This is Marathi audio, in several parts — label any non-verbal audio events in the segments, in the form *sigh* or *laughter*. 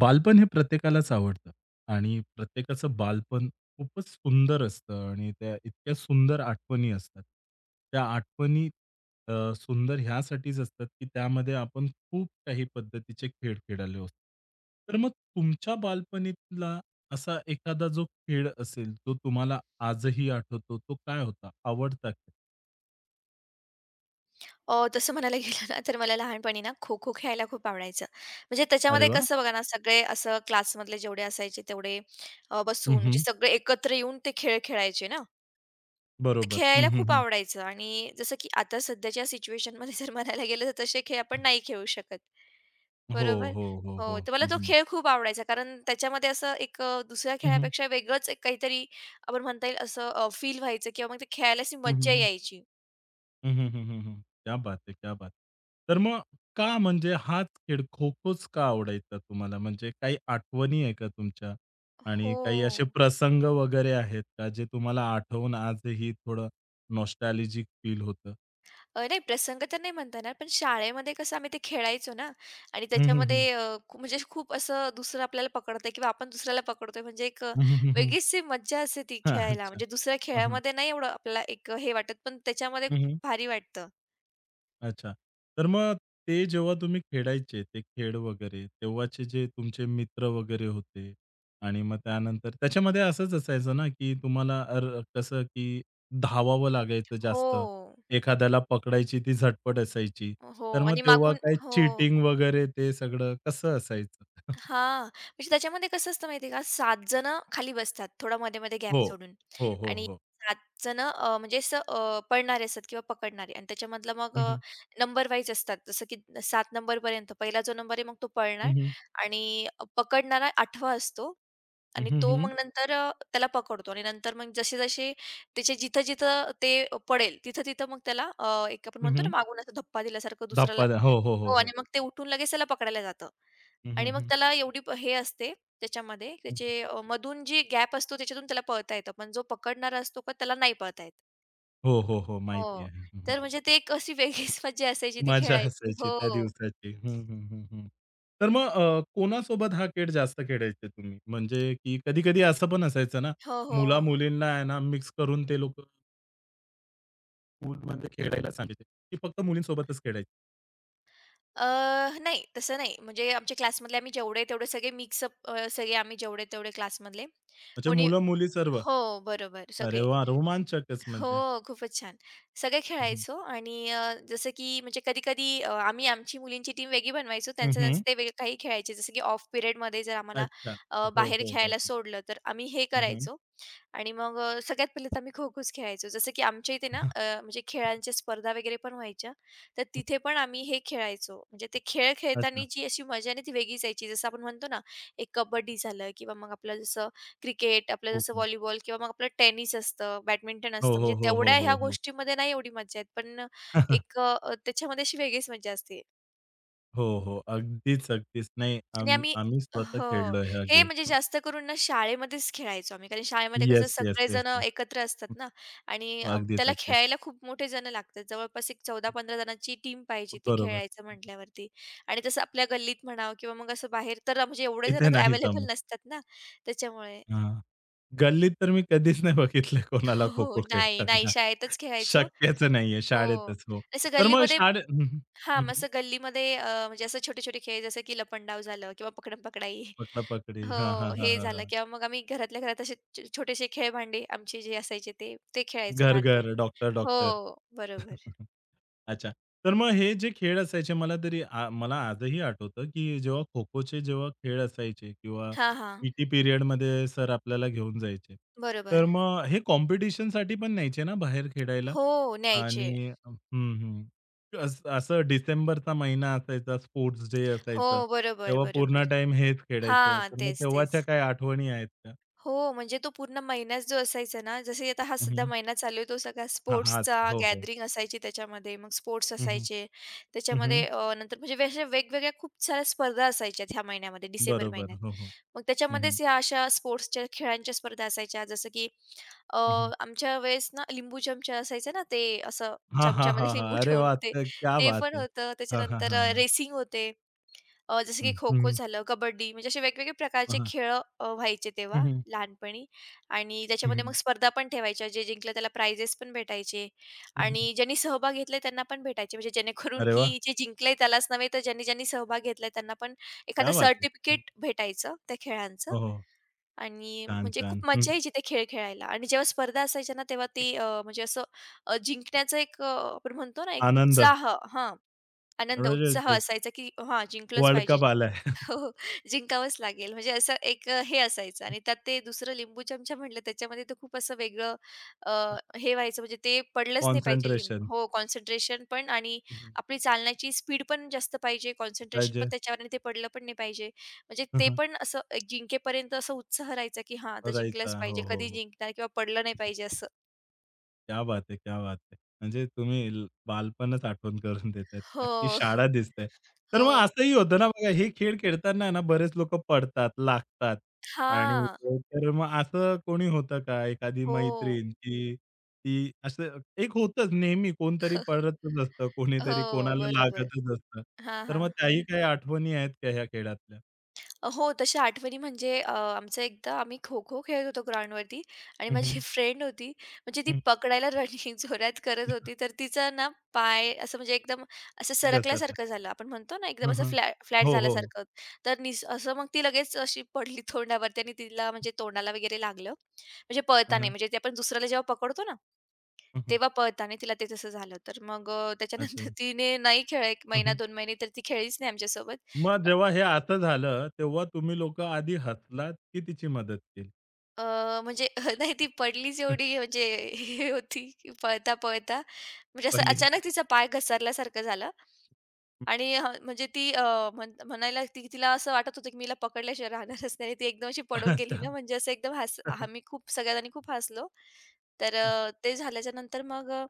बालपण हे प्रत्येकालाच आवडतं आणि प्रत्येकाचं बालपण खूपच सुंदर असतं आणि त्या इतक्या सुंदर आठवणी असतात. त्या आठवणी सुंदर ह्यासाठीच असतात, की त्यामध्ये आपण खूप काही पद्धतीचे खेळ खेळाले असतो. तर मग तुमच्या बालपणीतला असा एखादा जो खेळ असेल, जो तुम्हाला आजही आठवतो, तो काय होता? आवडता खेळ? तसं म्हणायला गेलं ना, तर मला लहानपणी ना खो-खो खेळायला खूप आवडायचं. म्हणजे अरे त्याच्यामध्ये वाह! कसं बघा ना, सगळे असं क्लासमधले जेवढे असायचे तेवढे हं, बसून म्हणजे हं. सगळे एकत्र येऊन ते खेळ खेळायचे ना. मग ते बरोबर. खेळायला हं, हं, खूप हं. आवडायचं आणि जसं की आता सध्याच्या सिच्युएशनमध्ये जर म्हणायला गेलं तर तसे खेळ आपण नाही खेळू शकत. हो, बरोबर? हो, हो, हो, हो. तर मला तो हं. खेळ खूप आवडायचा कारण त्याच्यामध्ये असं एक दुसऱ्या हं, हं. खेळापेक्षा वेगळंच एक काहीतरी आपण म्हणता येईल असं फील व्हायचं किंवा मग ते खेळायला अशी हं, मज्जा हं, हं. यायची. हं, हं, हं, हं, हं. क्या बात है! क्या बात! तर मग का म्हणजे हाच खेळ खो-खोच का आवडायचा तुम्हाला? म्हणजे काही आठवणी आहे का तुमच्या? आणि हो. काही असे प्रसंग वगैरे आहेत का जे तुम्हाला आठवून आजही थोडं नॉस्टॅल्जिक फील होतं? नाही प्रसंग तर नाही म्हणता येणार, पण शाळेमध्ये कसं आम्ही ते खेळायचो ना आणि हं, हं, हं. त्याच्यामध्ये अ, खू म्हणजे खूप असं दुसरं आपल्याला पकडतंय किंवा आपण दुसऱ्याला पकडतोय म्हणजे एक हं, हं, हं, हं. वेगळीच ती मज्जा असते ती हां, खेळायला. अच्छा. म्हणजे दुसऱ्या खेळामध्ये नाही एवढं आपल्याला एक हे वाटत, पण त्याच्यामध्ये खूप भारी वाटतं. अच्छा. तर मग ते जेव्हा तुम्ही खेळायचे ते खेळ वगैरे, तेव्हाचे जे तुमचे मित्र वगैरे होते आणि मग त्यानंतर त्याच्यामध्ये असंच असायचं ना, की तुम्हाला कसं की धावावं लागायचं जास्त. हो. एखाद्याला पकडायची ती झटपट असायची. हो तर मग आणि तेव्हा मागून काय हो. चीटिंग वगैरे ते सगळं कसं असायचं? *laughs* हां, म्हणजे त्याच्यामध्ये कसं असतं माहिती आहे का, 7 जणं खाली बसतात, थोडा मध्ये-मध्ये गॅप हो. सोडून हो, हो, आणि हो. 7 जणं म्हणजे असं पळणारे असतात किंवा पकडणारे आणि त्याच्यामधलं मग हं, हं. नंबर वाईज असतात. जसं की 7 नंबरपर्यंत पहिला जो नंबर आहे, मग तो पळणार हं, हं. आणि पकडणारा 8वा असतो आणि तो हं, मग नंतर त्याला पकडतो आणि नंतर मग जसे-जसे त्याचे जिथं-जिथं ते पडेल, तिथं-तिथं मग त्याला एक आपण म्हणतो ना, मागून असा धप्पा दिल्यासारखं दुसऱ्याला धप्पा हो, हो, हो, हो आणि हो. मग ते उठून लगेच त्याला पकडायला जातं हं, आणि हं, मग हं. त्याला एवढी हे असते त्याच्यामध्ये त्याचे मधून जी गॅप असतो त्याच्यातून त्याला पळता येतं. पण जो पकडणारा असतो का त्याला नाही पळता येत. हो, हो, हो. माहिती हो. आहे. हं, तर हं. म्हणजे ते एक अशी वेगळीच *laughs* मज्जा असायची ती मजा खेळायची. असायची त्या हो. दिवसाची. हं, हं, हं, हं. तर मग कोणासोबत हा खेळ जास्त खेळायचे तुम्ही? म्हणजे की कधी-कधी असं पण असायचं ना, हो, हो. मुला-मुलींना आहे ना, मिक्स करून ते लोकं स्कूलमध्ये खेळायला सांगायचे, की फक्त मुलींसोबतच खेळायचे. अ, नाही तसं नाही. म्हणजे आमच्या क्लासमधले आम्ही जेवढे तेवढे सगळे मिक्सअप सगळे आम्ही जेवढे तेवढे क्लासमधले. म्हणजे कोणी मुलं-मुली सर्व. हो, बरोबर अरे सगळे. वाह! रोमांचकच म्हणजे. हो, खूपच छान. सगळे हं, हं. खेळायचो आणि जसं की म्हणजे कधी-कधी आम्ही आमची मुलींची टीम वेगळी बनवायचो. त्यांचं-त्यांचं ते वेगळं काही खेळायचे. जसं की ऑफ पिरियडमध्ये जर आम्हाला अच्छा. हो, बाहेर हो, हो, हो. खेळायला सोडलं, तर आम्ही हे हं, हं. करायचो आणि मग सगळ्यात पहिले तर आम्ही खो-खोच खेळायचो. जसं की आमच्या इथे ना *laughs* म्हणजे खेळांच्या स्पर्धा वगैरे पण व्हायच्या. तर तिथे पण आम्ही हे खेळायचो. म्हणजे ते खेळ खेळताना अच्छा. जी अशी मजा आहे ना, ती वेगळीच यायची. जसं आपण म्हणतो ना, एक कबड्डी झालं किंवा मग आपलं जसं क्रिकेट, आपलं हो, जसं हो. व्हॉलीबॉल किंवा मग आपलं टेनिस असतं, बॅडमिंटन हो, असतं. म्हणजे हो, हो, हो, तेवढ्या ह्या हो, हो. गोष्टींमध्ये नाही एवढी मज्जा येत. पण एक *laughs* त्याच्यामध्ये अशी वेगळीच मज्जा असते. हो, हो. अगदीच, अगदीच. नाही आणि आम्ही आम्ही स्वतः हो. खेळलोय हा हे म्हणजे गेम. जास्त करून ना शाळेमध्येच खेळायचो आम्ही. कारण शाळेमध्ये कसं येस, येस, येस, सगळेजण येस. एकत्र असतात ना आणि अगदीच, त्याला अगदीच. खेळायला खूप मोठे जण लागतात. जवळपास एक 14-15 जणांची टीम पाहिजे ते बरोबर. खेळायचं म्हटल्यावरती. आणि तसं आपल्या गल्लीत म्हणावं किंवा मग असं बाहेर तर म्हणजे एवढे जण इथे तर नाही जमत. अवेलेबल नसतात ना त्याच्यामुळे. हां. गल्लीत तर मी कधीच नाही बघितलं कोणाला हो, हो. खो-खो नाही, नाही खेळताना. शाळेतच खेळायचो शक्यच नाहीये हो. शाळेतच. हो. असं तर मग गल्लीमध्ये हं, हं. हां, हं, मग हं. असं गल्लीमध्ये म्हणजे असं छोटे-छोटे खेळ जसं की लपंडाव झालं किंवा पकडम-पकडाई. *laughs* पकडापकडी. हो, हां, हां, हां, हे हां, झालं हां. किंवा मग आम्ही घरातल्या घरात असे छोटेसे खेळ भांडे आमचे जे असायचे ते खेळायचो लहानपणी. घर-घर, डॉक्टर-डॉक्टर. हो, बरोबर. *laughs* अच्छा. तर मग हे जे खेळ असायचे मला तरी मला आजही आठवतं, की जेव्हा खो-खोचे जेव्हा खेळ असायचे किंवा हां, हां. पीटी पिरियडमध्ये सर आपल्याला घेऊन जायचे. तर बरोबर. मग हे कॉम्पिटिशनसाठी पण न्यायचे ना बाहेर खेळायला? हो, न्यायचे. आणि हं, हं. असं डिसेंबरचा महिना असायचा, स्पोर्ट्स डे हो, असायचा. बरोबर, तेव्हा बरोबर. पूर्ण टाईम हेच खेळायचं. हां, तर मग तेच, तेव्हाच्या तेच. काही आठवणी आहेत का? हो, म्हणजे तो पूर्ण महिनाच जो असायचा ना, जसं आता हा हं, सध्या हं. महिना चालू आहे, तो सगळा हां, स्पोर्ट्सचा हो, हो. गॅदरिंग असायची त्याच्यामध्ये. मग स्पोर्ट्स हं, हं. असायचे. त्याच्यामध्ये अ, नंतर म्हणजे वे- अशा वेगवेगळ्या खूप साऱ्या स्पर्धा असायच्या ह्या महिन्यामध्ये, डिसेंबर बरोबर. महिन्यात. हो, हो. मग हं, हं. त्याच्यामध्येच ह्या अशा स्पोर्ट्सच्या खेळांच्या स्पर्धा असायच्या. जसं की अ, हं, हं. आमच्या वेळेस ना लिंबू चमचा असायचं ना, ते असं हां, हां, चमच्यामध्ये हां, *laughs* हां. लिंबू अरे ठेवून वा, ते, क्या ते बात पण है! होतं. हां, हां, त्याच्यानंतर हां, हां. रेसिंग होते. जसं हं, की खो-खो हं, झालं, कबड्डी म्हणजे असे वेगवेगळे हां, प्रकारचे हां. खेळ व्हायचे तेव्हा हं, हं. लहानपणी आणि त्याच्यामध्ये मग स्पर्धा पण ठेवायच्या. जे जिंकलं त्याला प्राइजेस पण भेटायचे आणि ज्यांनी सहभाग घेतलाय त्यांना पण भेटायचे. म्हणजे जेणेकरून अरे वाह! की जे जिंकलंय त्यालाच नव्हे, तर ज्यांनी ज्यांनी सहभाग घेतलाय त्यांना पण एखादं क्या बात है! हं. सर्टिफिकेट भेटायचं त्या खेळांचं हो, हो. आणि छान, म्हणजे खूप छान. हं. मज्जा यायची ते खेळ खेळायला आणि जेव्हा स्पर्धा असायच्या ना, तेव्हा ती म्हणजे असं जिंकण्याचं एक आपण म्हणतो ना, एक आनंद उत्साह हां, आनंद, म्हणजे उत्साह तेच असायचा की हां, जिंकलंच वर्ल्ड पाहिजे. कप आलाय. *laughs* हो, हो. जिंकावंच लागेल. म्हणजे असं एक हे असायचं आणि त्यात ते दुसरं लिंबू चमचा म्हटलं त्याच्यामध्ये तर खूप असं वेगळं अ, *laughs* हे व्हायचं म्हणजे ते पडलंच नाही पाहिजे लिंबू. कॉन्सन्ट्रेशन हो, कॉन्सन्ट्रेशन पण आणि आपली चालण्याची स्पीड पण जास्त पाहिजे, कॉन्सन्ट्रेशन पण पाहिजे. त्याच्यावर आणि ते पडलं पण नाही पाहिजे. म्हणजे ते पण *laughs* असं एक जिंकेपर्यंत असं उत्साह राहायचा, की हां, आता जिंकलंच राहायचा. पाहिजे, हो, हो, कधी हो. जिंकणार किंवा पडलं नाही पाहिजे असं. क्या बात है! क्या बात है! म्हणजे तुम्ही बालपणच आठवण करून देतायत. अख्खी हो, *laughs* शाळा दिसते. तर मग हो. असंही होतं ना बघा, हे खेळ खेळताना आहे ना बरेच लोकं पडतात, लागतात आणि हां. तर मग असं कोणी होतं का एखादी हो. मैत्रीण, की ती असं एक होतंच नेहमी कोणतरी पडतच असतं, हो, कोणीतरी कोणाला बरोबर. लागतच असतं. हां, तर हां. मग त्याही काही आठवणी आहेत का ह्या खेळातल्या? हो, तशा आठवणी म्हणजे आमचं एकदा आम्ही खो-खो खेळत होतो ग्राउंडवरती आणि हं, माझी *laughs* हं. फ्रेंड होती, म्हणजे ती पकडायला रनिंग जोरात करत होती, तर तिचा ना पाय असं म्हणजे एकदम असं घसरला. सरकल्यासारखं झालं. आपण म्हणतो ना एकदम हं, असं हं. फ्लॅट हो, हो. झाल्यासारखं. तर असं मग ती लगेच अशी पडली तोंडावरती आणि तिला म्हणजे तोंडाला वगैरे लागलं. म्हणजे हं, पळताना हं. म्हणजे ते आपण दुसऱ्याला जेव्हा पकडतो ना, तेव्हा पळताना तिला ते तसं झालं. तर मग त्याच्यानंतर अच्छा. *laughs* तिने नाही खेळ 1 महिना, 2 महिने तर ती खेळलीच नाही आमच्यासोबत. मग जेव्हा हे असं झालं, तेव्हा तुम्ही लोकं आधी हसलात, की तिची मदत केली? म्हणजे *laughs* नाही ती पडलीच एवढी *laughs* म्हणजे हे होती की पळता, पळता म्हणजे असं पहिली. अचानक तिचा पाय घसरल्यासारखं झालं आणि म्हणजे ती अ, म्हण म्हणायला ती तिला असं वाटत होतं की मी पकडल्याशिवाय राहणारच नाही. ती एकदम अशी पडून गेली ना अच्छा. म्हणजे असं एकदम आम्ही खूप सगळ्यांनी खूप हसलो. तर ते झाल्याच्यानंतर मग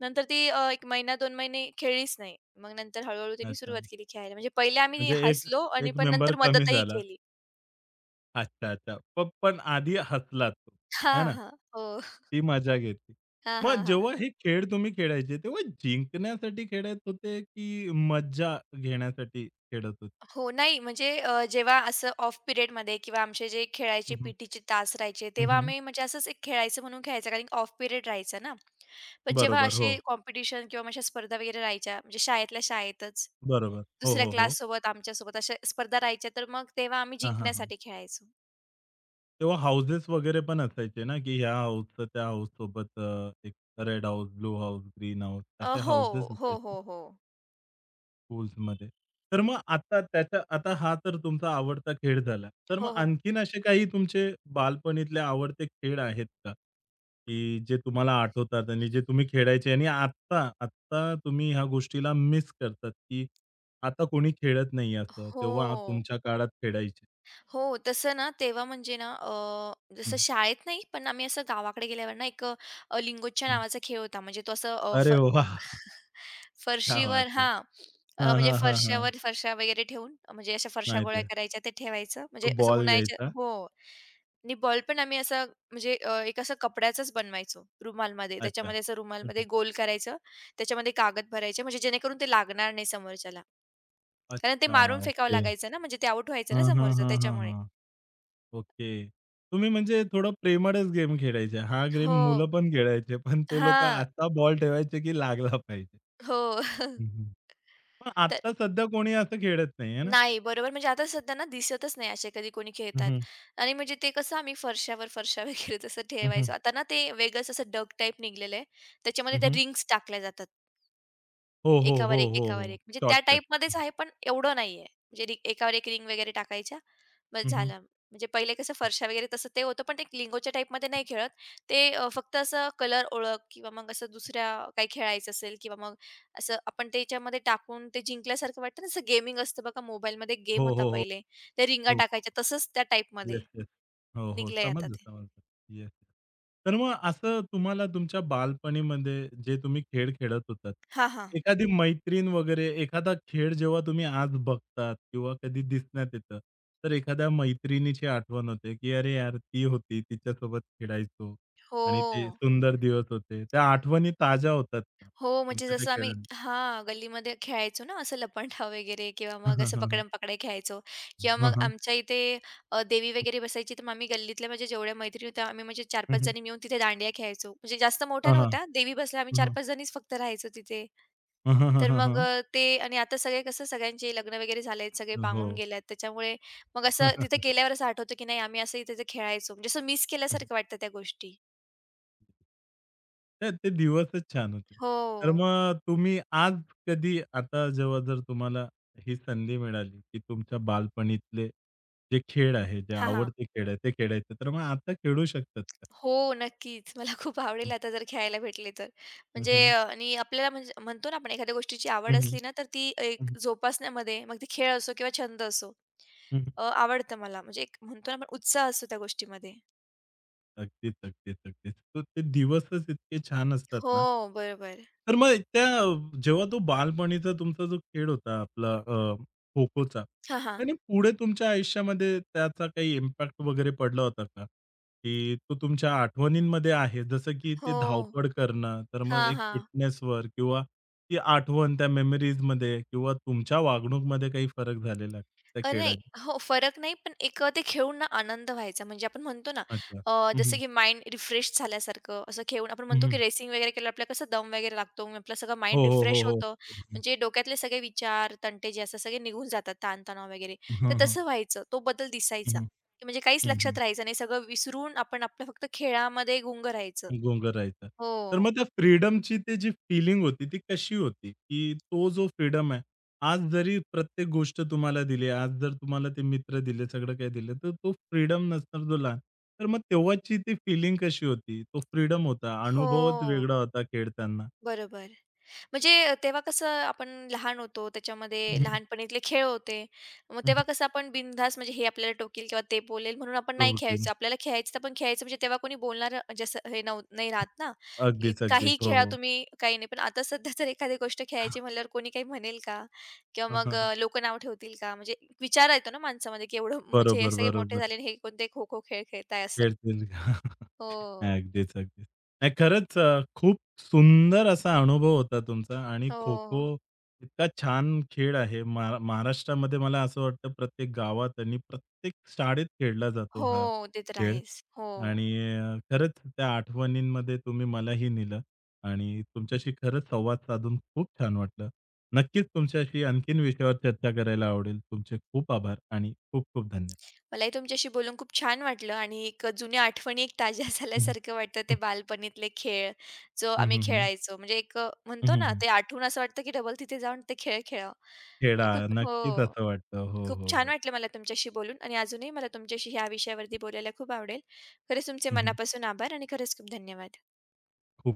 नंतर ती 1 महिना 2 महिने खेळलीच नाही. मग नंतर हळू-हळू तिने अच्छा. सुरुवात केली खेळायला. म्हणजे पहिले आम्ही म्हणजे एक हसलो आणि एक पण मेंबर नंतर कमी मदतही झाला. केली. अच्छा, अच्छा. पण आधी हसलात तुम्ही, है हां, ना? हां. हो. ती मजा घेतली. हां, हां, मग हां. जेव्हा हे खेळ तुम्ही खेळायचे, तेव्हा जिंकण्यासाठी खेळत होते, की मज्जा घेण्यासाठी खेळत होते? हो, नाही म्हणजे जेव्हा असं ऑफ पिरियडमध्ये किंवा आमचे जे खेळायचे हं, हं. पीटीचे तास राहायचे, तेव्हा आम्ही म्हणजे असंच एक खेळायचं म्हणून खेळायचं कारण ऑफ पिरियड राहायचा ना. पण जेव्हा बरोबर. हो. असे कॉम्पिटिशन किंवा अशा स्पर्धा वगैरे राहायच्या म्हणजे शाळेतल्या शाळेतच, बरोबर. हो, दुसऱ्या हो, हो. क्लाससोबत, आमच्यासोबत अशा स्पर्धा राहायच्या, तर मग तेव्हा आम्ही हां, हां, हां. जिंकण्यासाठी खेळायचो. तेव्हा हाउसेस वगैरे पण असायचे ना, की ह्या हाउसचं त्या हाउससोबत एक red house, blue house, green house असे हो, हाउसेस हो, असायचे हो, हो. स्कूल्समध्ये. तर मग आता त्याच्या आता हा तर तुमचा आवडता खेळ झाला. तर हो, मग हो. आणखीन असे काही तुमचे बालपणीतले आवडते खेळ आहेत का? की जे तुम्हाला आठवतात आणि जे तुम्ही खेळायचे आणि आत्ता, आत्ता तुम्ही ह्या गोष्टीला मिस करतात, की आता कोणी खेळत नाही असं. तेव्हा हो. तुमच्या काळात खेळायचे? हो, तसं ना तेव्हा म्हणजे ना जसं हं, शाळेत नाही, पण आम्ही असं गावाकडे गेल्यावर ना एक लिंगोच्या हं. नावाचा खेळ होता. म्हणजे तो असं अ, फ अरे वाह! *laughs* क्या फरशीवर बात है! हां, हां, म्हणजे हां, हां, हां. फरशावर फरशा वगैरे ठेवून म्हणजे अशा फरशा माहिती गोळा आहे. करायच्या ते ठेवायचं. तो म्हणजे असं बॉल उन्हाळ्याच्या घ्यायचा. हो आणि बॉल पण आम्ही असा म्हणजे एक असं कपड्याचाच बनवायचो रुमालमध्ये. अच्छा. त्याच्यामध्ये असं हं, रुमालमध्ये हं. गोल करायचं, त्याच्यामध्ये कागद भरायचे म्हणजे जेणेकरून ते लागणार नाही समोरच्याला. कारण ते अच्छा, मारून फेकावं ओके. लागायचं ना, म्हणजे ते आउट व्हायचं ना हां, हां, समोरचं हां, हां, त्याच्यामुळे. हां. ओके. तुम्ही म्हणजे थोडं प्रेमळच गेम खेळायचे. हा गेम हो. मुलं पण खेळायचे, पण ते लोकं हां. आत्ता बॉल ठेवायचे की लागला पाहिजे. हो. *laughs* हं, हं. पण तर आत्ता सध्या कोणी असं खेळत नाही आहे ना? नाही बरोबर म्हणजे आता सध्या ना दिसतच नाही असे कधी कोणी हं, खेळतात हं. आणि म्हणजे ते कसं आम्ही फरशावर फरशा वगैरे तसं *laughs* हं, ठेवायचो. हं. आता ना ते वेगळंच असं डग टाइप निघालेलं आहे. त्याच्यामध्ये हं, त्या हं. रिंग्स टाकल्या जातात. हो, हो, एकावर हो, एक, हो, एकावर हो. एक. म्हणजे त्या शॉर्टकट. टाईपमध्येच आहे, पण एवढं नाहीये. म्हणजे एकावर एक रिंग वगैरे टाकायच्या, बस हं, हं. झालं. म्हणजे पहिले कसं फरशा वगैरे तसं ते होतं, पण ते लिंगोच्या टाईपमध्ये नाही खेळत. ते फक्त असं कलर ओळख किंवा मग असं दुसऱ्या काही खेळायचं असेल किंवा मग असं आपण त्याच्यामध्ये टाकून ते जिंकल्यासारखं वाटतं ना, असं गेमिंग असतं बघा मोबाईलमध्ये गेम हो, होता हो, पहिले. त्या रिंगा हो, हो. टाकायच्या तसंच त्या टाईपमध्ये येस, येस. हो, हो. निघलंय आता समजलं, ते. समजलं. Yes, yes. तर मग असं तुम्हाला तुमच्या बालपणीमध्ये जे तुम्ही खेळ खेळत होतात, हां, हां. एखादी मैत्रीण वगैरे एखादा खेळ जेव्हा तुम्ही आज बघतात किंवा कधी दिसण्यात येतं, तर एखाद्या मैत्रिणीची आठवण होते, की "अरे यार, ती होती, तिच्यासोबत खेळायचो हो. आणि ते सुंदर दिवस होते." त्या आठवणी ताज्या होतात का हो, म्हणजे तुमच्या त्या जसं आम्ही खेळाने? हां, गल्लीमध्ये खेळायचो ना, असं लपंडाव वगैरे किंवा *laughs* हां, मग हां, असं हां, हां. पकडम-पकडाई खेळायचो किंवा हां, मग हां. आमच्या इथे देवी वगैरे बसायची, तर मग आम्ही गल्लीतल्या म्हणजे जेवढ्या मैत्रिणी होत्या, आम्ही म्हणजे हं, 4-5 हं. जणी मिळून तिथे दांडिया खेळायचो. म्हणजे जास्त मोठ्या हां, हां. नव्हत्या, देवी बसल्या आम्ही हं, हं. 4-5 जणीच फक्त राहायचो तिथे. तर मग ते आणि आता सगळे कसं सगळ्यांचे लग्न वगैरे झाले सगळे हो. पांगून गेले त्याच्यामुळे मग असं तिथे *laughs* गेल्यावर असं आठवतं, की नाही आम्ही असं इथे ते खेळायचो. म्हणजे असं मिस केल्यासारखं वाटतं त्या गोष्टी. नाही, ते दिवसच छान होते. हो. तर मग तुम्ही आज कधी आता जेव्हा जर तुम्हाला ही संधी मिळाली, की तुमच्या बालपणीतले जे खेळ आहे, जे हां, हां. आवडते खेळ आहे, ते खेळायचं, तर मग आता खेळू शकतात का? हो, नक्कीच. मला खूप आवडेल आता जर खेळायला भेटले तर. हं, म्हणजे हं. आणि आपल्याला म्हणजे म्हणतो ना आपण एखाद्या गोष्टीची आवड हं, हं. असली ना, तर ती एक हं, जोपासण्यामध्ये मग ते खेळ असो किंवा छंद असो हं. आवडतं मला. म्हणजे एक म्हणतो ना आपण उत्साह असतो त्या गोष्टीमध्ये. अगदीच, अगदीच, अगदीच. तर ते दिवसच इतके छान असतात हो, ना. बरोबर. तर मग त्या जेव्हा तो बालपणीचा तुमचा जो खेळ होता आपला खो-खोचा, हां, हां. त्याने पुढे तुमच्या आयुष्यामध्ये त्याचा काही इम्पॅक्ट वगैरे पडला होता का? की तो तुमच्या आठवणींमध्ये आहे जसं की ते हो. धावपळ करणं, तर मग हां, एक हां. फिटनेसवर किंवा ती आठवण त्या मेमरीजमध्ये किंवा तुमच्या वागणूकमध्ये काही फरक झालेला का त्या नाही. खेळाने? हो, फरक नाही, पण एक ते खेळून ना आनंद व्हायचा. म्हणजे आपण म्हणतो ना, अच्छा. हं, जसं हं. की माइंड रिफ्रेश झाल्यासारखं असं खेळून आपण म्हणतो की रेसिंग वगैरे केल्यावर आपल्याला कसं दम वगैरे लागतो. मग आपलं सगळं माइंड हो, हो, हो, रिफ्रेश हो. होतं. म्हणजे डोक्यातले सगळे विचार, तंटे जे असतात सगळे निघून जातात, ताणतणाव वगैरे. तर तसं व्हायचं. तो बदल दिसायचा, हं, हं. की म्हणजे काहीच हं, लक्षात हं. राहायचं नाही. सगळं विसरून आपण आपलं फक्त खेळामध्ये गुंग राहायचं. गुंग राहायचा. हो. तर मग त्या फ्रीडमची ती जी फीलिंग होती, ती कशी होती? की तो जो फ्रीडम आहे, आज जरी प्रत्येक गोष्ट तुम्हाला दिली, आज जर तुम्हाला ते मित्र दिले, सगळं काही दिलं, तर तो फ्रीडम नसणार जो लहान. तर मग तेव्हाची ती फीलिंग कशी होती? तो फ्रीडम होता, अनुभवच हो. वेगळा होता खेळताना. बरोबर. म्हणजे तेव्हा कसं आपण लहान होतो, हं, त्याच्यामध्ये हं. लहानपणीतले खेळ होते. मग हं, हं. तेव्हा कसं आपण बिनधास्त म्हणजे हे आपल्याला टोकील किंवा ते बोलेल म्हणून आपण नाही जोडतील. खेळायचो. आपल्याला खेळायचं तर आपण खेळायचं म्हणजे तेव्हा कोणी बोलणारं म्हणजे असं हे नाही राहत ना, की अगदीच, अगदीच. काहीही हो, खेळा हो. तुम्ही, काही नाही. पण आता सध्या जर एखादी गोष्ट खेळायची म्हटल्यावर कोणी काही म्हणेल का? किंवा हां, मग हां, हां. लोकं नाव ठेवतील का? म्हणजे विचार येतो ना माणसामध्ये, की एवढं म्हणजे हे बरोबर, सगळे मोठे बरोबर. झाले आणि हे कोणते खो-खो खेळ खेळताय असं. खेळतील. *laughs* हो. अगदीच, अगदीच. नाही खरंच खूप सुंदर असा अनुभव होता तुमचा आणि हो. खो-खो हो. इतका छान खेळ आहे. महाराष्ट्रामध्ये मला असं वाटतं प्रत्येक गावात आणि प्रत्येक शाळेत खेळला जातो हो, हा ते तर खेळ आहेच. हो. आणि खरंच त्या आठवणींमध्ये तुम्ही मलाही नेलं आणि तुमच्याशी खरंच संवाद साधून खूप छान वाटलं. नक्कीच तुमच्याशी आणखीन विषयावर चर्चा करायला आवडेल. तुमचे खूप आभार आणि खूप खूप धन्यवाद. मलाही तुमच्याशी बोलून खूप छान वाटलं आणि एक जुन्या आठवणी एक ताज्या *laughs* हं, हं. झाल्यासारखं वाटतं. ते बालपणीतले खेळ जो हं, आम्ही हं, हं. खेळायचो. म्हणजे एक म्हणतो ना, हं, ते आठवून असं वाटतं की डबल तिथे जाऊन ते खेळ खेळावं. ते छेडा. खूप नक्कीच हो. असं वाटतं. हो, खूप हो, छान हो. वाटलं मला तुमच्याशी बोलून आणि अजूनही मला तुमच्याशी ह्या विषयावरती बोलायला खूप आवडेल. खरंच तुमचे हं, मनापासून आभार आणि खरंच खूप धन्यवाद. खूप